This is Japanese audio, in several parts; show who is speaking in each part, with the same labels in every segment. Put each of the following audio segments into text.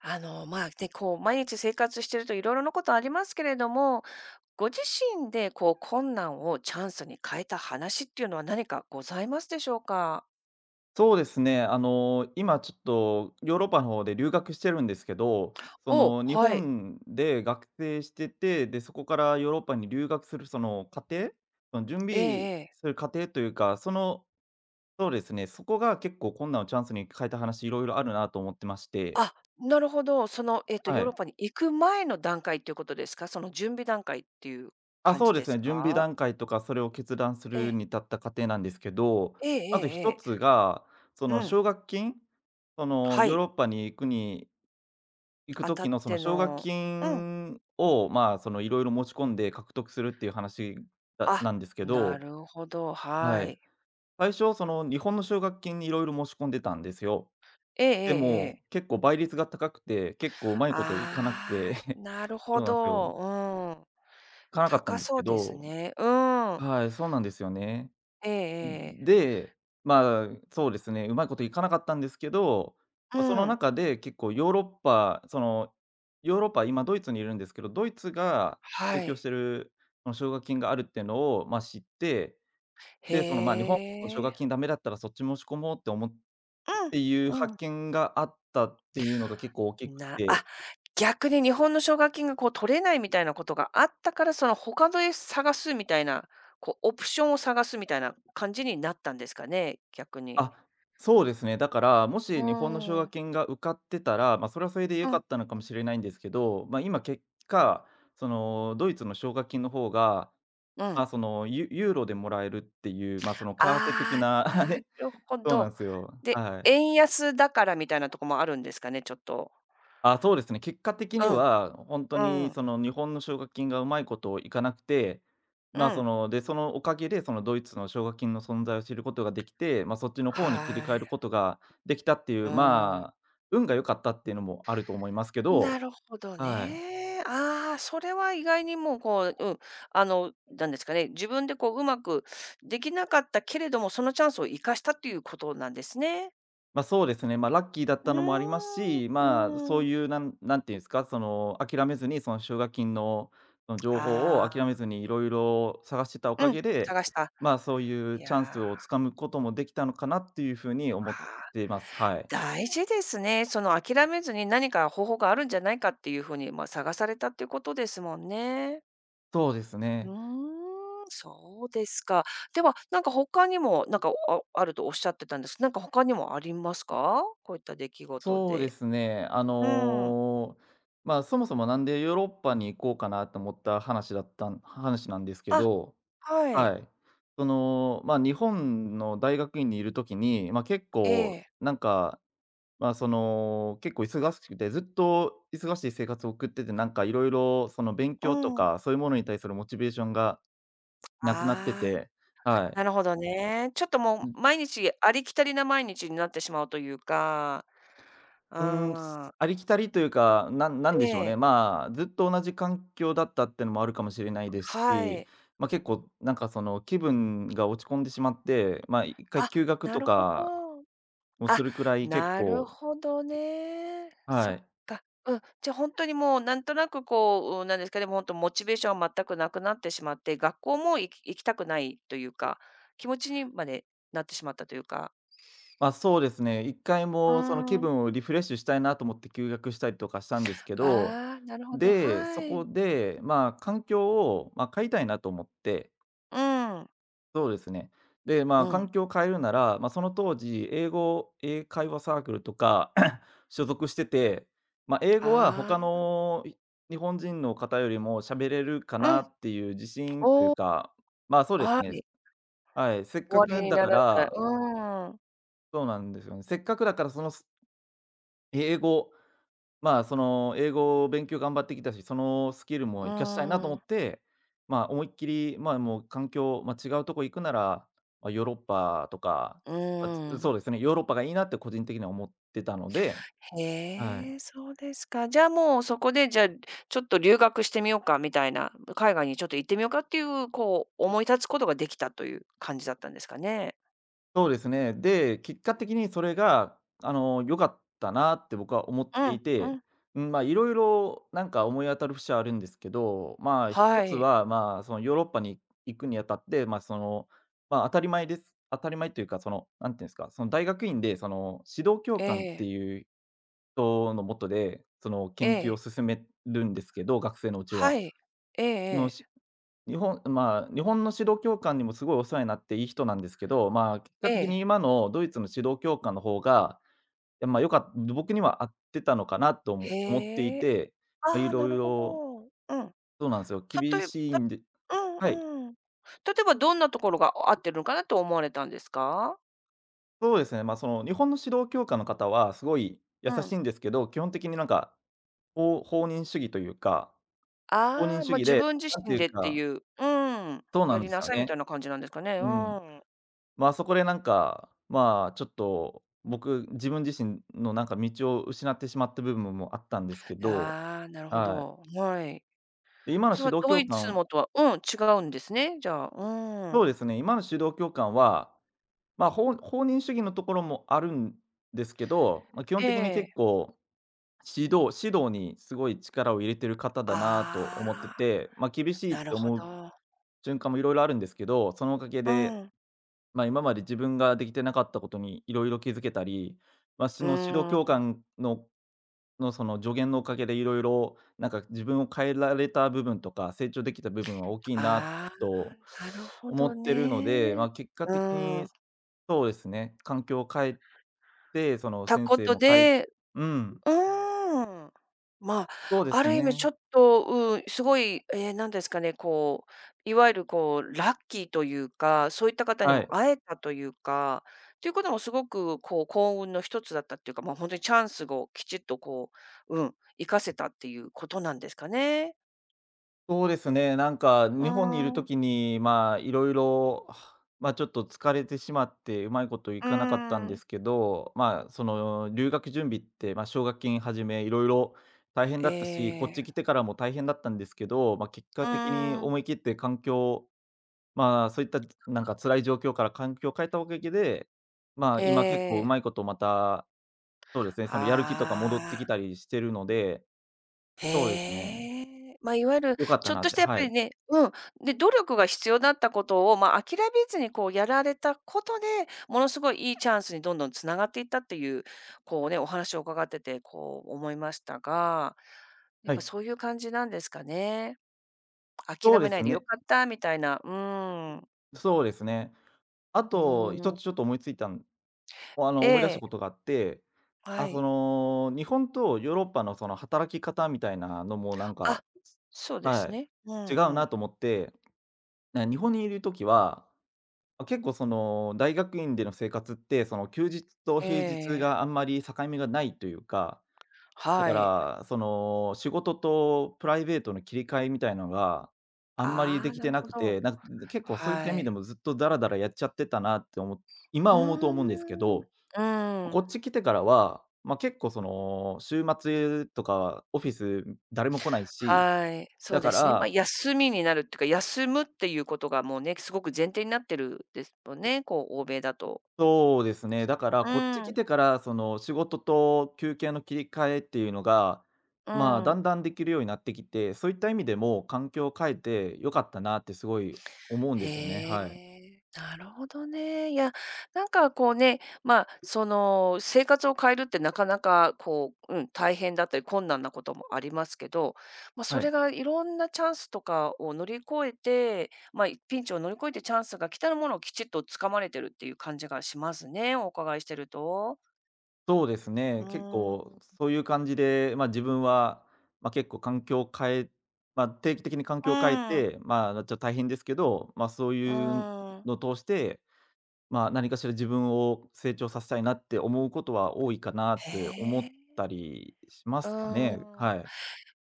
Speaker 1: まあ、ね、こう、毎日生活してるといろいろなことありますけれども、ご自身でこう、困難をチャンスに変えた話っていうのは何かございますでしょうか？
Speaker 2: そうですね、今ちょっとヨーロッパの方で留学してるんですけど、そ
Speaker 1: おお、
Speaker 2: の日
Speaker 1: はい。
Speaker 2: 本で学生してて、で、そこからヨーロッパに留学するその過程、その準
Speaker 1: ええ
Speaker 2: 備
Speaker 1: ええ。
Speaker 2: する過程というか、そうですね、そこが結構困難をチャンスに変えた話、いろいろあるなと思ってまして、
Speaker 1: あ、なるほど。その、
Speaker 2: は
Speaker 1: ヨーロッ
Speaker 2: い。
Speaker 1: パに行く前の段階っていうことですか？その準備段階っていう
Speaker 2: あ、
Speaker 1: 感
Speaker 2: そ
Speaker 1: じ
Speaker 2: うで
Speaker 1: で
Speaker 2: す
Speaker 1: す
Speaker 2: ね、準備
Speaker 1: か？
Speaker 2: 段階とかそれを決断す
Speaker 1: え
Speaker 2: る
Speaker 1: え。
Speaker 2: に至った過程なんですけど、
Speaker 1: えええ
Speaker 2: まず
Speaker 1: ええ
Speaker 2: 一つ
Speaker 1: え。
Speaker 2: が、そ
Speaker 1: う
Speaker 2: の
Speaker 1: ん。
Speaker 2: 奨学金、その
Speaker 1: は
Speaker 2: ヨー
Speaker 1: い。
Speaker 2: ロッパに行く
Speaker 1: 当たっ
Speaker 2: 時のその
Speaker 1: て
Speaker 2: 奨学
Speaker 1: のうん。
Speaker 2: 金を、まあ、そのいろいろ持ち込んで獲得するっていう話
Speaker 1: あ、
Speaker 2: なんですけ
Speaker 1: な
Speaker 2: ど、
Speaker 1: るほど、は
Speaker 2: はい。
Speaker 1: い。
Speaker 2: 最初その日本の奨学金にいろいろ持ち込んでたんですよ。
Speaker 1: えええ
Speaker 2: で
Speaker 1: ええ
Speaker 2: も、
Speaker 1: え。
Speaker 2: 結構倍率が高くて、結構うまいこといかなく
Speaker 1: あ
Speaker 2: て、
Speaker 1: あ、なるほ
Speaker 2: そうなんですよ。
Speaker 1: ど。うん。
Speaker 2: いかなかったん
Speaker 1: 高
Speaker 2: です
Speaker 1: そ
Speaker 2: け
Speaker 1: うです
Speaker 2: ど、
Speaker 1: ね。うん。
Speaker 2: はい、そうなんですよね。
Speaker 1: ええええ。
Speaker 2: で、まあ、そうですね、うまいこといかなかったんですけど、
Speaker 1: う
Speaker 2: ま、その
Speaker 1: ん。
Speaker 2: 中で結構ヨーロッパ、今ドイツにいるんですけど、ドイツが
Speaker 1: は
Speaker 2: 提供
Speaker 1: い。
Speaker 2: してるその奨学金があるっていうのを、ま、知って、
Speaker 1: へ
Speaker 2: で、その、日本の奨学
Speaker 1: え。
Speaker 2: 金ダメだったらそっち申し込もうって思っていう
Speaker 1: うん。う
Speaker 2: 発
Speaker 1: ん。
Speaker 2: 見があったっていうのが結構大きく
Speaker 1: な
Speaker 2: て、
Speaker 1: あ、逆に日本の奨学金がこう取れないみたいなことがあったから、その他で探すみたいな、こうオプションを探すみたいな感じになったんですかね、逆に。
Speaker 2: あ、そうですね。だから、も
Speaker 1: う
Speaker 2: し日本の奨
Speaker 1: ー
Speaker 2: 学
Speaker 1: ん。
Speaker 2: 金が受かってたら、まあ、それはそれで
Speaker 1: う
Speaker 2: 良か
Speaker 1: ん、
Speaker 2: ったのか
Speaker 1: う
Speaker 2: も
Speaker 1: ん。
Speaker 2: しれないんですけど、まあ、今結果、そのドイツの奨学金の方が、
Speaker 1: う
Speaker 2: ま
Speaker 1: ん。
Speaker 2: あ、そのユーロでもらえるっていう、その為替的
Speaker 1: ああ、
Speaker 2: な
Speaker 1: な
Speaker 2: ね、
Speaker 1: るほ
Speaker 2: そうなん
Speaker 1: ど。
Speaker 2: ですよ。
Speaker 1: で、
Speaker 2: はい。
Speaker 1: 円安だからみたいなとこもあるんですかね、ちょっと。
Speaker 2: あ、そうですね。結果的
Speaker 1: う
Speaker 2: に
Speaker 1: ん、
Speaker 2: は、本当
Speaker 1: う
Speaker 2: に
Speaker 1: ん、
Speaker 2: その日本の奨学金がうまいこといかなくて、
Speaker 1: う
Speaker 2: ま、そ
Speaker 1: ん。
Speaker 2: の、で、そのおかげでそのドイツの奨学金の存在を知ることができて、ま、そっちの
Speaker 1: は
Speaker 2: 方に切り替え
Speaker 1: い。
Speaker 2: ることができたってい
Speaker 1: う
Speaker 2: う、
Speaker 1: ーん。
Speaker 2: まあ、運が良かったっていうのもあると思いますけ
Speaker 1: な
Speaker 2: ど、
Speaker 1: るほど
Speaker 2: はい。
Speaker 1: ね。ああ、それは意外にもうこう、うん、なんですかね、自分でこううまくできなかったけれども、そのチャンスを生かしたということなんですね。
Speaker 2: まあ、そうですね、まあ、ラッキーだっ
Speaker 1: う
Speaker 2: たのもあります
Speaker 1: ーん、う
Speaker 2: し、まあ、そ
Speaker 1: ー
Speaker 2: うい
Speaker 1: ん。
Speaker 2: うなんていうんですか、その、諦めずにその奨学金の、その情報を諦
Speaker 1: あ
Speaker 2: めずにいろいろ探してたお
Speaker 1: あ、
Speaker 2: か
Speaker 1: うん、
Speaker 2: げで、
Speaker 1: 探した。
Speaker 2: まあ、そういう
Speaker 1: い
Speaker 2: チャンス
Speaker 1: やー、
Speaker 2: をつかむこともできたのかなっていうふうに思っ
Speaker 1: はー
Speaker 2: ています。はい。
Speaker 1: 大事ですね。その諦めずに何か方法があるんじゃないかっていうふうに、まあ、探されたっていうことですもんね。
Speaker 2: そうです
Speaker 1: う
Speaker 2: ね。
Speaker 1: ーん、そうですか。では、なんか他にも、なんか、るとおっしゃってたんですけど、なんか他にもありますか？こういった出来事
Speaker 2: そうで
Speaker 1: で。
Speaker 2: すね。
Speaker 1: うん。
Speaker 2: まあ、そもそもなんでヨーロッパに行こうかなと思った話だったん話なんですけ
Speaker 1: あ、
Speaker 2: ど、
Speaker 1: はい。
Speaker 2: はい。その、まあ、日本の大学院にいるときに、まあ、結
Speaker 1: え
Speaker 2: 構
Speaker 1: え。
Speaker 2: なんか、まあ、その、結構忙しくて、ずっと忙しい生活を送ってて、なんかいろいろその勉
Speaker 1: う
Speaker 2: 強と
Speaker 1: ん。
Speaker 2: か、そういうものに対するモチベーションがなくなって
Speaker 1: ああ、
Speaker 2: て、はい。
Speaker 1: なるほどね。ちょっと
Speaker 2: う
Speaker 1: も
Speaker 2: ん、
Speaker 1: う毎日ありきたりな毎日になってしまうというか。う
Speaker 2: ーん、
Speaker 1: ーん。
Speaker 2: すありきたりというか、なんなん
Speaker 1: え
Speaker 2: でしょう
Speaker 1: え、
Speaker 2: ね、まあ、ずっと同じ環境だったってのもあるかもしれないです
Speaker 1: は
Speaker 2: し、
Speaker 1: い。
Speaker 2: まあ、結構なんかその気分が落ち込んでしまって、まあ、一回
Speaker 1: あ、
Speaker 2: 休学
Speaker 1: な
Speaker 2: と
Speaker 1: るほど。
Speaker 2: かも
Speaker 1: あ、
Speaker 2: するくらい結
Speaker 1: なる
Speaker 2: 構、
Speaker 1: ほどね。そ
Speaker 2: は
Speaker 1: っ
Speaker 2: い。
Speaker 1: か。うん、じゃあ本当にもうなんとなくこう、うんなんですかね、もう本当モチベーションは全くなくなってしまって、学校も行きたくないというか、気持ちにまでなってしまったというか。
Speaker 2: ま、そうですね。一回
Speaker 1: う
Speaker 2: もその気
Speaker 1: ーん。
Speaker 2: 分をリフレッシュしたいなと思って休学したりとかしたんですけど、
Speaker 1: ああ、なるほど、
Speaker 2: で、
Speaker 1: は
Speaker 2: そこ
Speaker 1: い。
Speaker 2: で、まあ、環境を、まあ、変えたいなと思って、
Speaker 1: うん。
Speaker 2: そうですね。で、ま
Speaker 1: う
Speaker 2: あ、
Speaker 1: ん。
Speaker 2: 環境を変えるなら、まあ、その当時、英語英会話サークルとか 所属してて、ま、英語は他
Speaker 1: あ
Speaker 2: のい日本人の方よりも喋れるか
Speaker 1: あ、う
Speaker 2: な
Speaker 1: ん。
Speaker 2: っていう自信とい
Speaker 1: お
Speaker 2: う
Speaker 1: お、
Speaker 2: か、まあ、そうです
Speaker 1: は
Speaker 2: ね。
Speaker 1: い。
Speaker 2: はい、せっか
Speaker 1: 終わり
Speaker 2: く
Speaker 1: に
Speaker 2: だ
Speaker 1: な
Speaker 2: か
Speaker 1: られた。
Speaker 2: ら、
Speaker 1: うん。
Speaker 2: そうなんですよね。せっかくだからその英語、まあ、その、英語を勉強頑張ってきたし、そのスキルも
Speaker 1: う
Speaker 2: 活かしたいなと
Speaker 1: ん。
Speaker 2: 思って、まあ、思いっきり、まあ、もう環境、まあ、違うとこ行くなら、まあ、ヨーロッパとか、
Speaker 1: う
Speaker 2: ま、
Speaker 1: ん。
Speaker 2: そうですね、ヨーロッパがいいなって個人的には思ってたので、はい。
Speaker 1: へえ、そうですか。じゃあ、もうそこで、じゃあ、ちょっと留学してみようかみたいな、海外にちょっと行ってみようかっていう、こう思い立つことができたという感じだったんですかね？
Speaker 2: そうですね。で、結果的にそれが、あの、良かったなって僕は思っ
Speaker 1: う
Speaker 2: て
Speaker 1: ん、
Speaker 2: い
Speaker 1: う
Speaker 2: て、
Speaker 1: ん。
Speaker 2: うん、まあ、いろいろなんか思い当たる節はあるんですけど、まあ、一
Speaker 1: は
Speaker 2: つ
Speaker 1: い。
Speaker 2: は、まあ、そのヨーロッパに行くにあたって、まあ、その、まあ、当たり前です。当たり前というか、その、なんていうんですか、その大学院で、その、指導教
Speaker 1: え
Speaker 2: 官って
Speaker 1: え、
Speaker 2: いう人の下で、その、
Speaker 1: え
Speaker 2: 研究を
Speaker 1: え、
Speaker 2: 進めるんですけど、学生のうち
Speaker 1: は
Speaker 2: は。
Speaker 1: い。ええ
Speaker 2: のし
Speaker 1: え
Speaker 2: 日本、まあ、日本の指導教官にもすごいお世話になっていい人なんですけど、まあ、結果
Speaker 1: え、え
Speaker 2: 的
Speaker 1: え。
Speaker 2: に今のドイツの指導教官の方が、いや、まあ、よかっ僕には合ってたのかなと思って
Speaker 1: へ
Speaker 2: い
Speaker 1: え、
Speaker 2: て、ま、
Speaker 1: あ
Speaker 2: い
Speaker 1: あ、な
Speaker 2: ろい
Speaker 1: るほ
Speaker 2: ろ
Speaker 1: ど。うん。
Speaker 2: そうなんですよ、厳
Speaker 1: 例えば
Speaker 2: しい
Speaker 1: た
Speaker 2: んで、
Speaker 1: う
Speaker 2: はい、
Speaker 1: んうん。例えばどんなところが合ってるのかなと思われたんですか？
Speaker 2: そうですね、まあ、その日本の指導教官の方はすごい優
Speaker 1: う
Speaker 2: し
Speaker 1: ん。
Speaker 2: いんですけど、基本的になんか、放任主義というか、放
Speaker 1: あ
Speaker 2: 任
Speaker 1: あ、
Speaker 2: 主
Speaker 1: まあ、
Speaker 2: 義
Speaker 1: 自
Speaker 2: で、
Speaker 1: 分自
Speaker 2: なんて
Speaker 1: 身
Speaker 2: いう
Speaker 1: でってい
Speaker 2: か、
Speaker 1: う、うん、
Speaker 2: そう
Speaker 1: や
Speaker 2: なん
Speaker 1: り
Speaker 2: です
Speaker 1: な
Speaker 2: よ
Speaker 1: さいみた
Speaker 2: ね。
Speaker 1: いな感じなんですかね。う
Speaker 2: うん。
Speaker 1: ん。
Speaker 2: まあ、そこでなんか、まあ、ちょっと僕、自分自身のなんか道を失ってしまった部分もあったんですけど、
Speaker 1: ああ、なるほ
Speaker 2: は
Speaker 1: ど。
Speaker 2: い。
Speaker 1: はい。
Speaker 2: で、今の
Speaker 1: それは
Speaker 2: 指導
Speaker 1: ド
Speaker 2: 教
Speaker 1: イツ
Speaker 2: 官、
Speaker 1: もとはうん、違うんですね、じゃあ。う
Speaker 2: そ
Speaker 1: ん。
Speaker 2: うですね、今の指導教官は、まあ、放任主義のところもあるんですけど、まあ、基本
Speaker 1: え
Speaker 2: 的に
Speaker 1: え。
Speaker 2: 結構、指導にすごい力を入れてる方だなと
Speaker 1: あ
Speaker 2: 思って
Speaker 1: あ、
Speaker 2: て、ま、厳しいっ
Speaker 1: なる
Speaker 2: て
Speaker 1: ほ
Speaker 2: 思う
Speaker 1: ど。
Speaker 2: 瞬間もいろいろあるんですけど、そのおかげ
Speaker 1: う
Speaker 2: で、
Speaker 1: ん。
Speaker 2: 今まで自分ができてなかったことにいろいろ気づけたり、まあ、
Speaker 1: う
Speaker 2: その指導
Speaker 1: ー
Speaker 2: 教
Speaker 1: ん。
Speaker 2: 官のその助言のおかげでいろいろなんか自分を変えられた部分とか、成長できた部分は大きいな
Speaker 1: あ
Speaker 2: と
Speaker 1: あ、なるほ
Speaker 2: 思
Speaker 1: ど
Speaker 2: ってるの
Speaker 1: ね。
Speaker 2: で、まあ、結果
Speaker 1: う
Speaker 2: 的に
Speaker 1: ん。
Speaker 2: そうですね、環境を変えて、その
Speaker 1: た
Speaker 2: 先
Speaker 1: こ
Speaker 2: 生
Speaker 1: と
Speaker 2: も変えて、
Speaker 1: で
Speaker 2: うん、
Speaker 1: うーん。まあ、
Speaker 2: そうで
Speaker 1: あ
Speaker 2: す
Speaker 1: る意味ちょ
Speaker 2: ね、
Speaker 1: っと、うん、すごい、ええ、なんですかね、こう、いわゆるこう、ラッキーというか、そういった方に
Speaker 2: は
Speaker 1: も
Speaker 2: い。
Speaker 1: 会えたというか、ということもすごくこう、幸運の一つだったっていうか、本当にチャンスをきちっとこう、うん、活かせたっていうことなんですかね。
Speaker 2: そうですね、なんか
Speaker 1: う
Speaker 2: 日本にいる
Speaker 1: ー
Speaker 2: と
Speaker 1: ん。
Speaker 2: きに、まあ、いろいろ、まあ、ちょっと疲れてしまって、うまいことい
Speaker 1: う
Speaker 2: かなかった
Speaker 1: ー
Speaker 2: んで
Speaker 1: ん。
Speaker 2: すけど、まあ、その留学準備って、まあ、奨学金はじめいろいろ大変
Speaker 1: え
Speaker 2: だったし、こっち
Speaker 1: え。
Speaker 2: 来てからも大変だったんですけど、まあ、結
Speaker 1: う
Speaker 2: 果的に
Speaker 1: ーん。
Speaker 2: 思い切って環境、まあ、そういったなんか辛い状況から環境を変えたおかげで、まあ、今結構う
Speaker 1: ええ。
Speaker 2: まいことまた、そうですね、そのやる気とか戻っ
Speaker 1: は
Speaker 2: てきた
Speaker 1: あ。
Speaker 2: りしてるので、そうですね、
Speaker 1: へえ。まあ、いわゆる
Speaker 2: 良かっ
Speaker 1: ち
Speaker 2: た
Speaker 1: ょっ
Speaker 2: な
Speaker 1: と
Speaker 2: っ
Speaker 1: し
Speaker 2: て、
Speaker 1: たやっ
Speaker 2: は
Speaker 1: ぱり
Speaker 2: い。
Speaker 1: ねうん、で、努力が必要だったことを、まあ、諦めずにこうやられたことで、ものすごいいいチャンスにどんどんつながっていったっていう、こうね、お話を伺ってて、こう思いましたが、やっ
Speaker 2: は
Speaker 1: ぱ
Speaker 2: い。
Speaker 1: そういう感じなんですかね。
Speaker 2: そ
Speaker 1: 諦
Speaker 2: うで
Speaker 1: めな
Speaker 2: す
Speaker 1: いでよ
Speaker 2: ね。
Speaker 1: かったみたいな、うーん。
Speaker 2: そうですね。あ
Speaker 1: うー
Speaker 2: と、一
Speaker 1: ん。
Speaker 2: つちょっと思いついたんあ
Speaker 1: え
Speaker 2: の、思い出した
Speaker 1: え、
Speaker 2: ことがあって、
Speaker 1: は
Speaker 2: あ、そ
Speaker 1: い。
Speaker 2: の、日本とヨーロッパのその働き方みたいなのもなん
Speaker 1: あ、
Speaker 2: か、
Speaker 1: そうで
Speaker 2: は
Speaker 1: すね。う
Speaker 2: い、違う
Speaker 1: んうん。
Speaker 2: なと思って、日本にいるときは、あ、結構その、大学院での生活って、その休日と
Speaker 1: え
Speaker 2: 平日
Speaker 1: え。
Speaker 2: があんまり境目がないというか、だ
Speaker 1: は
Speaker 2: か
Speaker 1: い。
Speaker 2: ら、その、仕事とプライベートの切り替えみたいのが、あんまり
Speaker 1: あ
Speaker 2: で
Speaker 1: あ、
Speaker 2: き
Speaker 1: な
Speaker 2: て
Speaker 1: る
Speaker 2: な
Speaker 1: ほ
Speaker 2: く
Speaker 1: ど。
Speaker 2: て、なんか結構そういった
Speaker 1: は
Speaker 2: 意
Speaker 1: い。
Speaker 2: 味でもずっとダラダラやっちゃってたなって
Speaker 1: う
Speaker 2: 今
Speaker 1: ー
Speaker 2: 思うと思うんですけ
Speaker 1: ん。う
Speaker 2: ど、
Speaker 1: ー
Speaker 2: こ
Speaker 1: ん。
Speaker 2: っち来てからは、まあ、結構その、週末とかオフィス誰も来ないし、
Speaker 1: はい、そう
Speaker 2: だ
Speaker 1: で
Speaker 2: か
Speaker 1: すね。ま、
Speaker 2: ら、
Speaker 1: 休みになるっていうか、休むっていうことがもうね、すごく前提になってるですもんね、こう欧米だと。
Speaker 2: そうですね。だから、
Speaker 1: う
Speaker 2: こっち来
Speaker 1: ん、
Speaker 2: てから、その、仕事と休憩の切り替えっていうのが、
Speaker 1: う
Speaker 2: まあ、だ
Speaker 1: ん。
Speaker 2: んだんできるようになってきて、そういった意味でも環境を変えて良かったなってすごい思うんですよね。
Speaker 1: へ
Speaker 2: はい。
Speaker 1: え、なるほどね。いや、なんかこうね、まあ、その生活を変えるってなかなかこう、うん、大変だったり困難なこともありますけど、まあ、そ
Speaker 2: は
Speaker 1: れ
Speaker 2: い。
Speaker 1: がいろんなチャンスとかを乗り越えて、まあ、ピンチを乗り越えてチャンスが来たものをきちっと掴まれてるっていう感じがしますね、お伺いしてると。
Speaker 2: そうです
Speaker 1: う
Speaker 2: ね。結
Speaker 1: ー
Speaker 2: 構
Speaker 1: ん。
Speaker 2: そういう感じで、まあ、自分は、まあ、結構環境を変えまあ、定期的に環
Speaker 1: う
Speaker 2: 境を変え
Speaker 1: ん、う
Speaker 2: て、まあ、ちょっと大変ですけど、まあ、そういう
Speaker 1: ーん。
Speaker 2: のを通してまあ、何かしら自分を成長させたいなって思うことは多いかなっ
Speaker 1: へ
Speaker 2: て思っ
Speaker 1: え。
Speaker 2: たりしま
Speaker 1: う
Speaker 2: すかね。
Speaker 1: ーん。
Speaker 2: はい。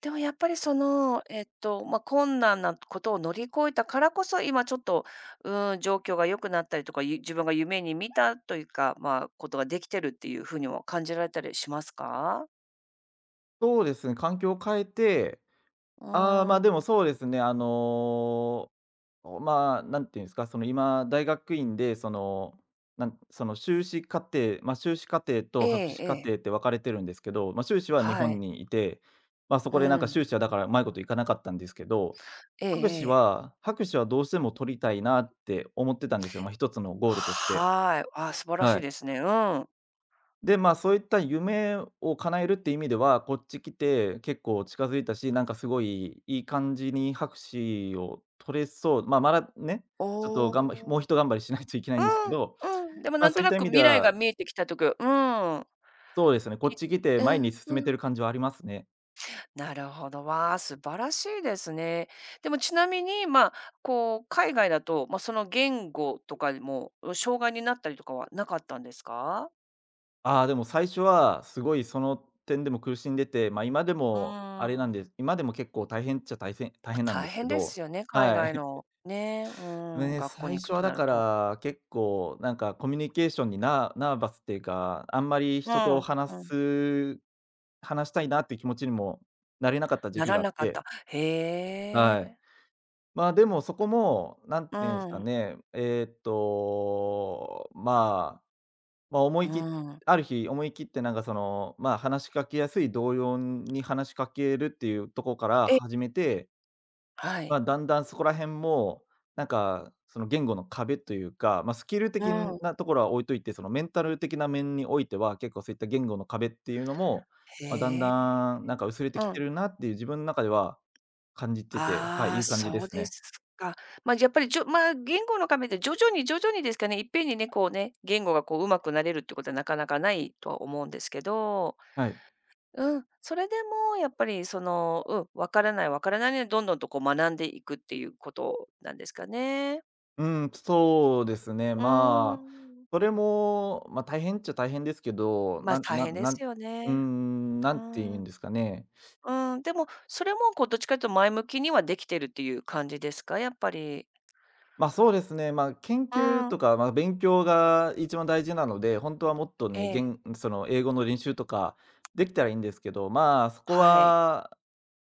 Speaker 1: でもやっぱりその、まあ、困難なことを乗り越えたからこそ、今ちょっと、うん、状況が良くなったりとか、自分が夢に見たというか、まあ、ことができてるっていう風にも感じられたりしますか？
Speaker 2: そうですね、環境を変えて、
Speaker 1: う
Speaker 2: ああ、ま、
Speaker 1: ー
Speaker 2: あでも
Speaker 1: ん。
Speaker 2: そうですね、あのお、まあ、なんていうんですか、その、今、大学院で、その、その、修士課程まあ、修士課程
Speaker 1: え
Speaker 2: と博士
Speaker 1: え
Speaker 2: 課
Speaker 1: え
Speaker 2: 程っ
Speaker 1: え。
Speaker 2: て分かれてるんですけど、まあ、修士は日
Speaker 1: は
Speaker 2: 本
Speaker 1: い。
Speaker 2: にいて、まあ、そこでなん
Speaker 1: う
Speaker 2: か
Speaker 1: ん。
Speaker 2: 修士はだから、うまいこといかなかったんですけど、
Speaker 1: ええええ。
Speaker 2: 博士はどうしても取りたいなって思ってたんですよ、まあ、一つのゴールとして。
Speaker 1: はい。あ素晴らし
Speaker 2: は
Speaker 1: い
Speaker 2: い。
Speaker 1: ですね。うん。
Speaker 2: で、まあ、そういった夢を叶えるって意味では、こっち来て結構近づいたし、なんかすごいいい感じに博士を取れそう、まあ、まだね、
Speaker 1: お
Speaker 2: ちょっとがんばもう
Speaker 1: お。
Speaker 2: ひと頑張りしないといけないんですけど、
Speaker 1: うん、うん、でも
Speaker 2: ま
Speaker 1: な
Speaker 2: あ、
Speaker 1: ん
Speaker 2: そう
Speaker 1: と
Speaker 2: いっ
Speaker 1: な
Speaker 2: た意
Speaker 1: く
Speaker 2: 味で
Speaker 1: 未来が
Speaker 2: は、
Speaker 1: 見えてきたときうん。
Speaker 2: そうですね、こ
Speaker 1: い
Speaker 2: っち来て
Speaker 1: う
Speaker 2: 前
Speaker 1: ん、
Speaker 2: に進め
Speaker 1: う
Speaker 2: て
Speaker 1: ん。
Speaker 2: る感じはありますね。
Speaker 1: なるほど。わあ、素晴らしいですね。でもちなみに、まあ、こう、海外だと、まあ、その言語とかにも、障害になったりとかはなかったんですか？
Speaker 2: ああ、でも最初はすごいその点でも苦しんでて、まあ、今で
Speaker 1: う
Speaker 2: もあれな
Speaker 1: ー
Speaker 2: ん
Speaker 1: ん。
Speaker 2: です今でも結構大変っちゃ大
Speaker 1: まあ、
Speaker 2: 変なんで
Speaker 1: 大
Speaker 2: すけ
Speaker 1: 変で
Speaker 2: ど、
Speaker 1: すよね、海
Speaker 2: は
Speaker 1: 外
Speaker 2: い。
Speaker 1: のね、うん、
Speaker 2: ね、
Speaker 1: 学校に
Speaker 2: 最
Speaker 1: 行く
Speaker 2: 初
Speaker 1: と
Speaker 2: は
Speaker 1: な
Speaker 2: だ
Speaker 1: る
Speaker 2: か
Speaker 1: と。
Speaker 2: ら結構なんかコミュニケーションにナナーバスっていうか、あんまり
Speaker 1: う
Speaker 2: 人と
Speaker 1: ん、
Speaker 2: 話
Speaker 1: うん。
Speaker 2: す話したいなっていう気持ちにもなれなかった時
Speaker 1: な
Speaker 2: 期
Speaker 1: ら
Speaker 2: があっ
Speaker 1: なかっ
Speaker 2: て、
Speaker 1: た。へ
Speaker 2: はい。
Speaker 1: え。
Speaker 2: まあ、でもそこも何て
Speaker 1: う
Speaker 2: 言うんですか
Speaker 1: ん、
Speaker 2: ね、まあ、まあ、思
Speaker 1: う
Speaker 2: いき
Speaker 1: ん。
Speaker 2: ある日思い切ってなんかその、まあ、話しかけやすい同様に話しかけるっていうところから
Speaker 1: え
Speaker 2: 始めて、
Speaker 1: は
Speaker 2: まあ、
Speaker 1: い。
Speaker 2: だんだんそこら辺も、なんか、その言語の壁というか、まあ、スキル
Speaker 1: う
Speaker 2: 的
Speaker 1: ん、
Speaker 2: なところは置いといて、そのメンタル的な面においては、結構そういった言語の壁っていうのも、まあ、だん
Speaker 1: へえ。
Speaker 2: だんなんか薄れて
Speaker 1: う
Speaker 2: きて
Speaker 1: ん。
Speaker 2: るなっていう自分の中では感じてて、は
Speaker 1: あ
Speaker 2: い、い
Speaker 1: あ、
Speaker 2: い感じで
Speaker 1: そう
Speaker 2: す
Speaker 1: で
Speaker 2: ね。
Speaker 1: すか。まあ、やっぱり、まあ、言語の壁って徐々に徐々にですかね、いっぺんにね、こうね、言語がこう上手くなれるってことはなかなかないとは思うんですけど、
Speaker 2: はい。
Speaker 1: うん、それでもやっぱりその、うん、分からない分からないので、どんどんとこう学んでいくっていうことなんですかね。
Speaker 2: うん、そうですね。
Speaker 1: うー
Speaker 2: まあ、
Speaker 1: ん。
Speaker 2: それも、まあ、大変っちゃ大変ですけど、
Speaker 1: ま、
Speaker 2: なん
Speaker 1: 大
Speaker 2: な
Speaker 1: 変
Speaker 2: ん
Speaker 1: で
Speaker 2: な
Speaker 1: す
Speaker 2: ん
Speaker 1: よ
Speaker 2: うー
Speaker 1: ね。
Speaker 2: ん、な
Speaker 1: う
Speaker 2: んて言うん
Speaker 1: ん。
Speaker 2: ですかね。
Speaker 1: うん、でも、それもこうどっちかというと前向きにはできてるっていう感じですか？やっぱり。
Speaker 2: ま、そうですね。まあ、研
Speaker 1: う
Speaker 2: 究
Speaker 1: ん。
Speaker 2: とか、まあ、勉強が一番大事なので、本当はもっと
Speaker 1: え
Speaker 2: ね、
Speaker 1: え。
Speaker 2: その、英語の練習とかできたらいいんですけど、まあ、そこ
Speaker 1: はい。
Speaker 2: は、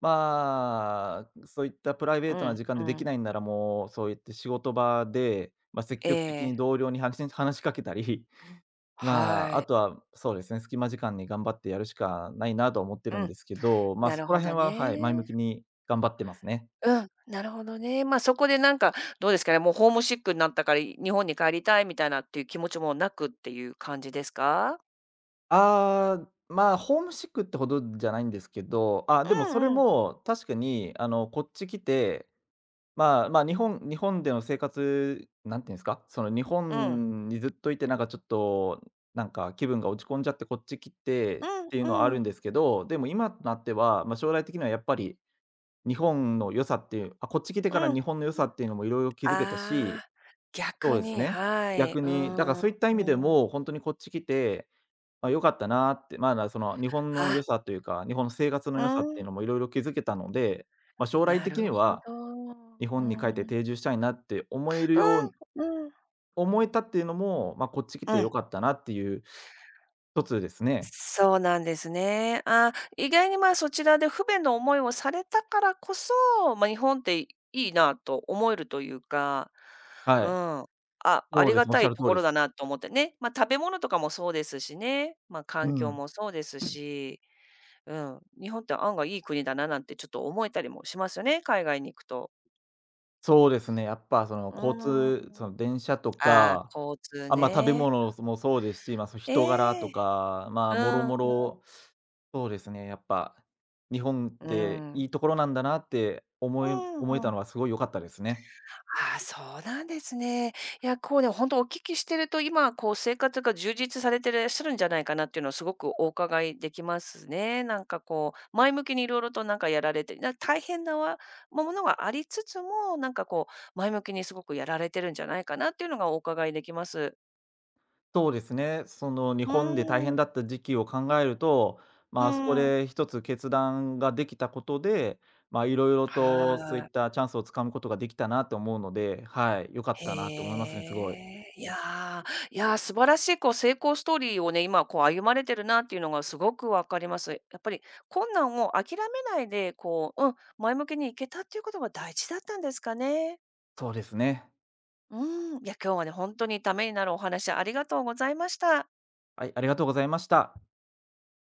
Speaker 2: まあ、そういったプライベ
Speaker 1: う
Speaker 2: ートな
Speaker 1: ん、
Speaker 2: 時間
Speaker 1: う
Speaker 2: ででき
Speaker 1: ん。
Speaker 2: ないんなら、もう、そういって仕事場で、まあ、積
Speaker 1: え
Speaker 2: 極的
Speaker 1: え、
Speaker 2: に同僚に話しかけたり、ま
Speaker 1: は
Speaker 2: あ、あと
Speaker 1: い。
Speaker 2: は、そうですね、隙間時間に頑張ってやるしかないなとは思って
Speaker 1: う
Speaker 2: るん
Speaker 1: ん、
Speaker 2: ですけど、ま、
Speaker 1: な
Speaker 2: そ
Speaker 1: る
Speaker 2: こ
Speaker 1: ほ
Speaker 2: ら
Speaker 1: ど
Speaker 2: 辺は、はい、前向
Speaker 1: ね。
Speaker 2: きに頑張ってますね。
Speaker 1: うん、なるほどね。ま、あそこでなんか、どうですかね、もうホームシックになったから、日本に帰りたいみたいなっていう気持ちもなくっていう感じですか？
Speaker 2: ああ、まあ、ホームシックってほどじゃないんですけど、あ、
Speaker 1: う
Speaker 2: でもそれ
Speaker 1: んうん。
Speaker 2: も確かに、あの、こっち来て、まあ、まあ、日本での生活、なんていうんですか、その、日
Speaker 1: うん。
Speaker 2: 本にずっといて、なんかちょっと、なんか気分が落ち込んじゃってこっち来てっ
Speaker 1: うん
Speaker 2: ていうのはある
Speaker 1: う
Speaker 2: ん
Speaker 1: ん。
Speaker 2: ですけど、でも今となっては、まあ、将来的にはやっぱり日本の良さっていうあ、こっち来て
Speaker 1: う
Speaker 2: から
Speaker 1: ん。うん
Speaker 2: 日本の良さっていうのもいろいろ気づけた
Speaker 1: あ
Speaker 2: し、
Speaker 1: あ、
Speaker 2: そ
Speaker 1: 逆
Speaker 2: うです
Speaker 1: に、
Speaker 2: ね。
Speaker 1: はい。
Speaker 2: 逆
Speaker 1: う
Speaker 2: に、だから
Speaker 1: ん、
Speaker 2: そういった意味で
Speaker 1: うん。
Speaker 2: も、本当にこっち来て、あ、良かったなって、まだその日本の
Speaker 1: あ、
Speaker 2: 良さというか、日本の生活の
Speaker 1: う
Speaker 2: 良さっていう
Speaker 1: ん。
Speaker 2: のもいろいろ気づけたので、まあ、将来
Speaker 1: な
Speaker 2: 的
Speaker 1: る
Speaker 2: に
Speaker 1: ほ
Speaker 2: は
Speaker 1: ど。
Speaker 2: 日
Speaker 1: う
Speaker 2: 本に帰っ
Speaker 1: ん。
Speaker 2: て
Speaker 1: うん、
Speaker 2: 定住したいなって
Speaker 1: うん、
Speaker 2: 思えたっていうのも、まあ、こっち来て
Speaker 1: う
Speaker 2: 良
Speaker 1: ん。
Speaker 2: かったなっていう一つですね。
Speaker 1: そうなんですね。あ意外に、まあ、そちらで不便な思いをされたからこそ、日本っていいなと思えるというか、う
Speaker 2: はい。
Speaker 1: ん。あ、あ
Speaker 2: そう
Speaker 1: り
Speaker 2: で
Speaker 1: が
Speaker 2: す。おっ
Speaker 1: た
Speaker 2: しゃ
Speaker 1: い
Speaker 2: る
Speaker 1: と
Speaker 2: 通り
Speaker 1: こ
Speaker 2: で
Speaker 1: ろ
Speaker 2: す。
Speaker 1: だなと思ってね。ま、食べ物とかもそうですしね、ま、
Speaker 2: う
Speaker 1: 環境
Speaker 2: ん。
Speaker 1: もそうですし、うん、日本って案外いい国だななんてちょっと思えたりもしますよね、海外に行くと。
Speaker 2: そうですね、やっぱその
Speaker 1: う
Speaker 2: 交通、
Speaker 1: ん。
Speaker 2: その電車と
Speaker 1: ああ、
Speaker 2: か、
Speaker 1: 交通
Speaker 2: あ、まあ、食べ
Speaker 1: ね。
Speaker 2: 物もそうですし、まあ、そ、人柄
Speaker 1: え
Speaker 2: と
Speaker 1: え
Speaker 2: か、まあ、
Speaker 1: う
Speaker 2: もろ
Speaker 1: ん。
Speaker 2: もろ、そうですね、やっぱ日本っ
Speaker 1: う
Speaker 2: て
Speaker 1: ん、
Speaker 2: いいところなんだなって
Speaker 1: うん
Speaker 2: 思えた
Speaker 1: うん。
Speaker 2: のはすごい良かったですね。
Speaker 1: ああ、そうなんですね。いや、こうね、本当お聞きしてると、今こう生活が充実されてらっしゃるんじゃないかなっていうのをすごくお伺いできますね。なんかこう、前向きにいろいろとなんかやられて、大変なものがありつつも、なんかこう、前向きにすごくやられてるんじゃないかなっていうのがお伺いできます。
Speaker 2: そうですね、その日
Speaker 1: う
Speaker 2: 本で大
Speaker 1: ー
Speaker 2: 変
Speaker 1: ん、
Speaker 2: だった時期を考えると、
Speaker 1: う
Speaker 2: まあ、そこ
Speaker 1: ん、
Speaker 2: で一つ決断ができたことで、ま、あいろいろとそ
Speaker 1: は
Speaker 2: うい
Speaker 1: ー
Speaker 2: っ
Speaker 1: い。
Speaker 2: たチャンスをつかむことができたなと思うので、はい、良かっ
Speaker 1: へ
Speaker 2: たなと思いますね、すごい。
Speaker 1: え、いやー、いやー、素晴らしいこう成功ストーリーをね、今こう歩まれてるなっていうのがすごくわかります。やっぱり困難を諦めないで、こう、うん、前向きにいけたっていうことが大事だったんですかね。
Speaker 2: そうですね。
Speaker 1: うん、いや、今日はね、本当にためになるお話ありがとうございました。
Speaker 2: はい、ありがとうございました。